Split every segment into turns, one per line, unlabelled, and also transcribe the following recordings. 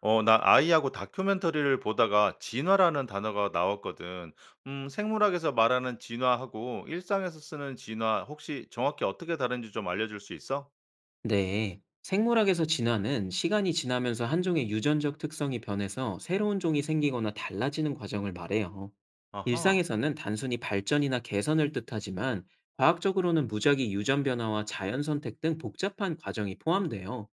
나 아이하고 다큐멘터리를 보다가 진화라는 단어가 나왔거든. 생물학에서 말하는 진화하고 일상에서 쓰는 진화 혹시 정확히 어떻게 다른지 좀 알려줄 수 있어?
네, 생물학에서 진화는 시간이 지나면서 한 종의 유전적 특성이 변해서 새로운 종이 생기거나 달라지는 과정을 말해요.
아하.
일상에서는 단순히 발전이나 개선을 뜻하지만 과학적으로는 무작위 유전 변화와 자연 선택 등 복잡한 과정이 포함돼요.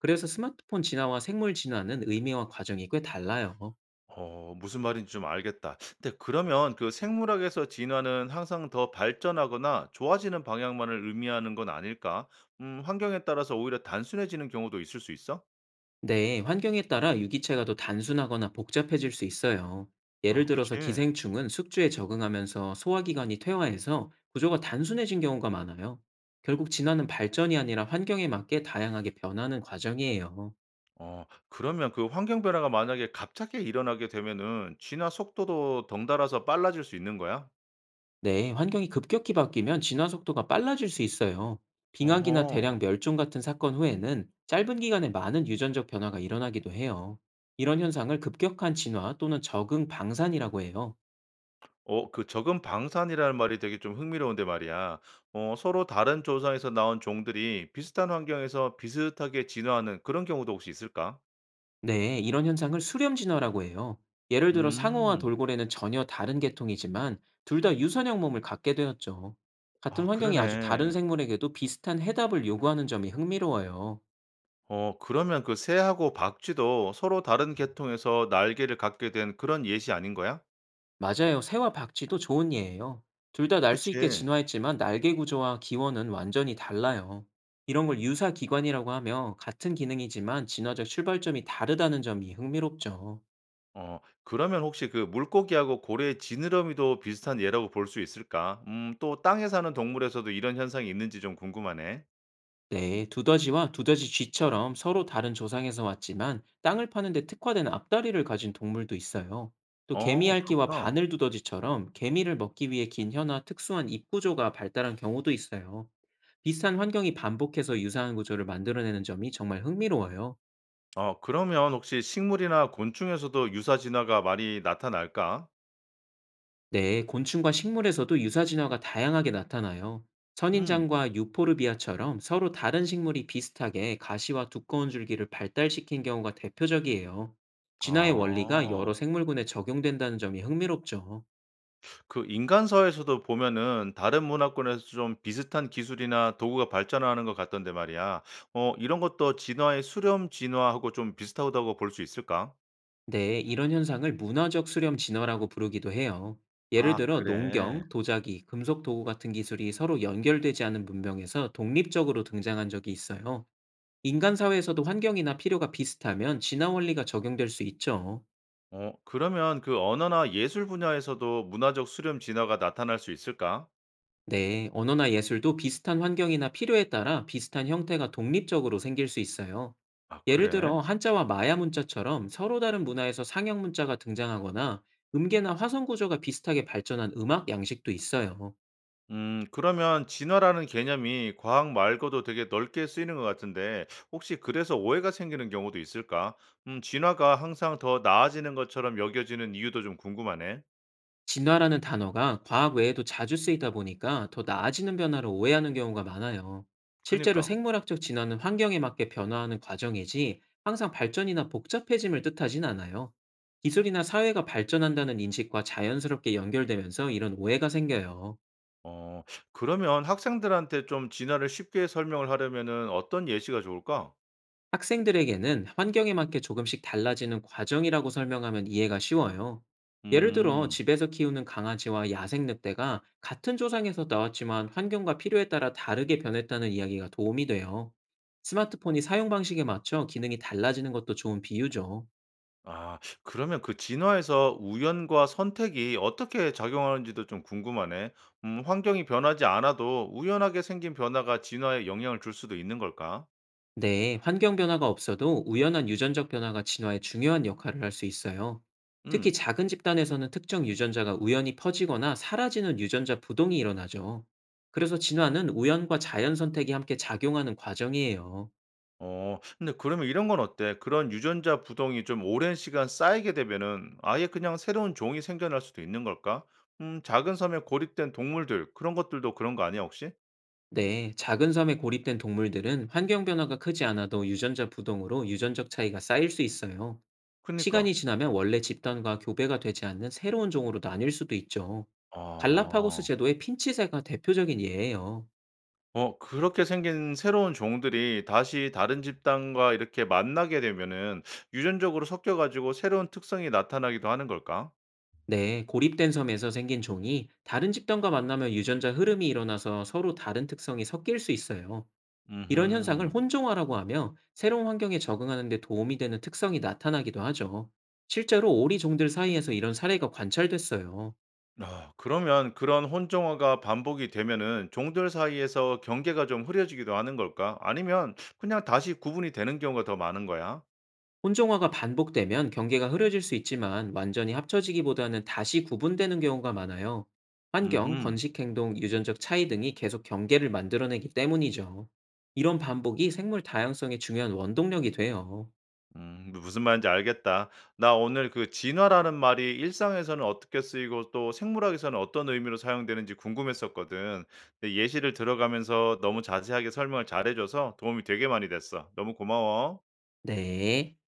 그래서 스마트폰 진화와 생물 진화는 의미와 과정이 꽤 달라요.
무슨 말인지 좀 알겠다. 근데 그러면 그 생물학에서 진화는 항상 더 발전하거나 좋아지는 방향만을 의미하는 건 아닐까? 환경에 따라서 오히려 단순해지는 경우도 있을 수 있어?
네, 환경에 따라 유기체가 더 단순하거나 복잡해질 수 있어요. 예를
아, 그치.
들어서 기생충은 숙주에 적응하면서 소화기관이 퇴화해서 구조가 단순해진 경우가 많아요. 결국 진화는 발전이 아니라 환경에 맞게 다양하게 변하는 과정이에요.
그러면 그 환경 변화가 만약에 갑자기 일어나게 되면은 진화 속도도 덩달아서 빨라질 수 있는 거야?
네, 환경이 급격히 바뀌면 진화 속도가 빨라질 수 있어요. 빙하기나 대량
어허.
멸종 같은 사건 후에는 짧은 기간에 많은 유전적 변화가 일어나기도 해요. 이런 현상을 급격한 진화 또는 적응 방산이라고 해요.
그 적은 방산이라는 말이 되게 좀 흥미로운데 말이야. 서로 다른 조상에서 나온 종들이 비슷한 환경에서 비슷하게 진화하는 그런 경우도 혹시 있을까?
네, 이런 현상을 수렴 진화라고 해요. 예를 들어 상어와
음.
돌고래는 전혀 다른 계통이지만 둘 다 유선형 몸을 갖게 되었죠. 같은
아
환경이 아주 다른
그러네.
생물에게도 비슷한 해답을 요구하는 점이 흥미로워요.
그러면 그 새하고 박쥐도 서로 다른 계통에서 날개를 갖게 된 그런 예시 아닌 거야?
맞아요. 새와 박쥐도 좋은 예예요. 둘 다 날 수 있게
그치.
진화했지만 날개 구조와 기원은 완전히 달라요. 이런 걸 유사 기관이라고 하며 같은 기능이지만 진화적 출발점이 다르다는 점이 흥미롭죠.
그러면 혹시 그 물고기하고 고래의 지느러미도 비슷한 예라고 볼 수 있을까? 또 땅에 사는 동물에서도 이런 현상이 있는지 좀 궁금하네.
네, 두더지와 두더지 쥐처럼 서로 다른 조상에서 왔지만 땅을 파는데 특화된 앞다리를 가진 동물도 있어요. 또 개미핥기와
그렇구나.
바늘 두더지처럼 개미를 먹기 위해 긴 혀나 특수한 입 구조가 발달한 경우도 있어요. 비슷한 환경이 반복해서 유사한 구조를 만들어내는 점이 정말 흥미로워요.
그러면 혹시 식물이나 곤충에서도 유사 진화가 많이 나타날까?
네, 곤충과 식물에서도 유사 진화가 다양하게 나타나요.
음.
선인장과 유포르비아처럼 서로 다른 식물이 비슷하게 가시와 두꺼운 줄기를 발달시킨 경우가 대표적이에요. 진화의 원리가 여러
아.
생물군에 적용된다는 점이 흥미롭죠.
그 인간사에서도 보면은 다른 문화권에서 좀 비슷한 기술이나 도구가 발전하는 것 같던데 말이야. 이런 것도 진화의 수렴 진화하고 좀 비슷하다고 볼 수 있을까?
네, 이런 현상을 문화적 수렴 진화라고 부르기도 해요. 예를
아
들어
그래.
농경, 도자기, 금속 도구 같은 기술이 서로 연결되지 않은 문명에서 독립적으로 등장한 적이 있어요. 인간 사회에서도 환경이나 필요가 비슷하면 진화 원리가 적용될 수 있죠.
그러면 그 언어나 예술 분야에서도 문화적 수렴 진화가 나타날 수 있을까?
네, 언어나 예술도 비슷한 환경이나 필요에 따라 비슷한 형태가 독립적으로 생길 수 있어요.
아,
예를
그래?
들어, 한자와 마야 문자처럼 서로 다른 문화에서 상형 문자가 등장하거나 음계나 화성 구조가 비슷하게 발전한 음악 양식도 있어요.
그러면 진화라는 개념이 과학 말고도 되게 넓게 쓰이는 것 같은데, 혹시 그래서 오해가 생기는 경우도 있을까? 진화가 항상 더 나아지는 것처럼 여겨지는 이유도 좀 궁금하네.
진화라는 단어가 과학 외에도 자주 쓰이다 보니까 더 나아지는 변화를 오해하는 경우가 많아요. 실제로
그니까.
생물학적 진화는 환경에 맞게 변화하는 과정이지 항상 발전이나 복잡해짐을 뜻하진 않아요. 기술이나 사회가 발전한다는 인식과 자연스럽게 연결되면서 이런 오해가 생겨요.
어, 그러면 학생들한테 좀 진화를 쉽게 설명을 하려면은 어떤 예시가 좋을까?
학생들에게는 환경에 맞게 조금씩 달라지는 과정이라고 설명하면 이해가 쉬워요. 예를 들어
음.
집에서 키우는 강아지와 야생 늑대가 같은 조상에서 나왔지만 환경과 필요에 따라 다르게 변했다는 이야기가 도움이 돼요. 스마트폰이 사용 방식에 맞춰 기능이 달라지는 것도 좋은 비유죠.
아 그러면 그 진화에서 우연과 선택이 어떻게 작용하는지도 좀 궁금하네. 환경이 변하지 않아도 우연하게 생긴 변화가 진화에 영향을 줄 수도 있는 걸까?
네, 환경 변화가 없어도 우연한 유전적 변화가 진화에 중요한 역할을 할 수 있어요. 특히
음.
작은 집단에서는 특정 유전자가 우연히 퍼지거나 사라지는 유전자 부동이 일어나죠. 그래서 진화는 우연과 자연 선택이 함께 작용하는 과정이에요.
근데 그러면 이런 건 어때? 그런 유전자 부동이 좀 오랜 시간 쌓이게 되면은 아예 그냥 새로운 종이 생겨날 수도 있는 걸까? 작은 섬에 고립된 동물들 그런 것들도 그런 거 아니야 혹시?
네, 작은 섬에 고립된 동물들은 환경 변화가 크지 않아도 유전자 부동으로 유전적 차이가 쌓일 수 있어요. 시간이
그니까.
지나면 원래 집단과 교배가 되지 않는 새로운 종으로 나뉠 수도 있죠. 갈라파고스
아.
제도의 핀치새가 대표적인 예예요.
그렇게 생긴 새로운 종들이 다시 다른 집단과 이렇게 만나게 되면은 유전적으로 섞여 가지고 새로운 특성이 나타나기도 하는 걸까?
네, 고립된 섬에서 생긴 종이 다른 집단과 만나면 유전자 흐름이 일어나서 서로 다른 특성이 섞일 수 있어요. 이런 현상을
음
혼종화라고 하며 새로운 환경에 적응하는 데 도움이 되는 특성이 나타나기도 하죠. 실제로 오리 종들 사이에서 이런 사례가 관찰됐어요.
아 그러면 그런 혼종화가 반복이 되면은 종들 사이에서 경계가 좀 흐려지기도 하는 걸까? 아니면 그냥 다시 구분이 되는 경우가 더 많은 거야?
혼종화가 반복되면 경계가 흐려질 수 있지만 완전히 합쳐지기보다는 다시 구분되는 경우가 많아요. 환경,
음흠.
번식 행동, 유전적 차이 등이 계속 경계를 만들어내기 때문이죠. 이런 반복이 생물 다양성의 중요한 원동력이 돼요.
무슨 말인지 알겠다. 나 오늘 그 진화라는 말이 일상에서는 어떻게 쓰이고 또 생물학에서는 어떤 의미로 사용되는지 궁금했었거든. 근데 예시를 들어가면서 너무 자세하게 설명을 잘해줘서 도움이 되게 많이 됐어. 너무 고마워.
네.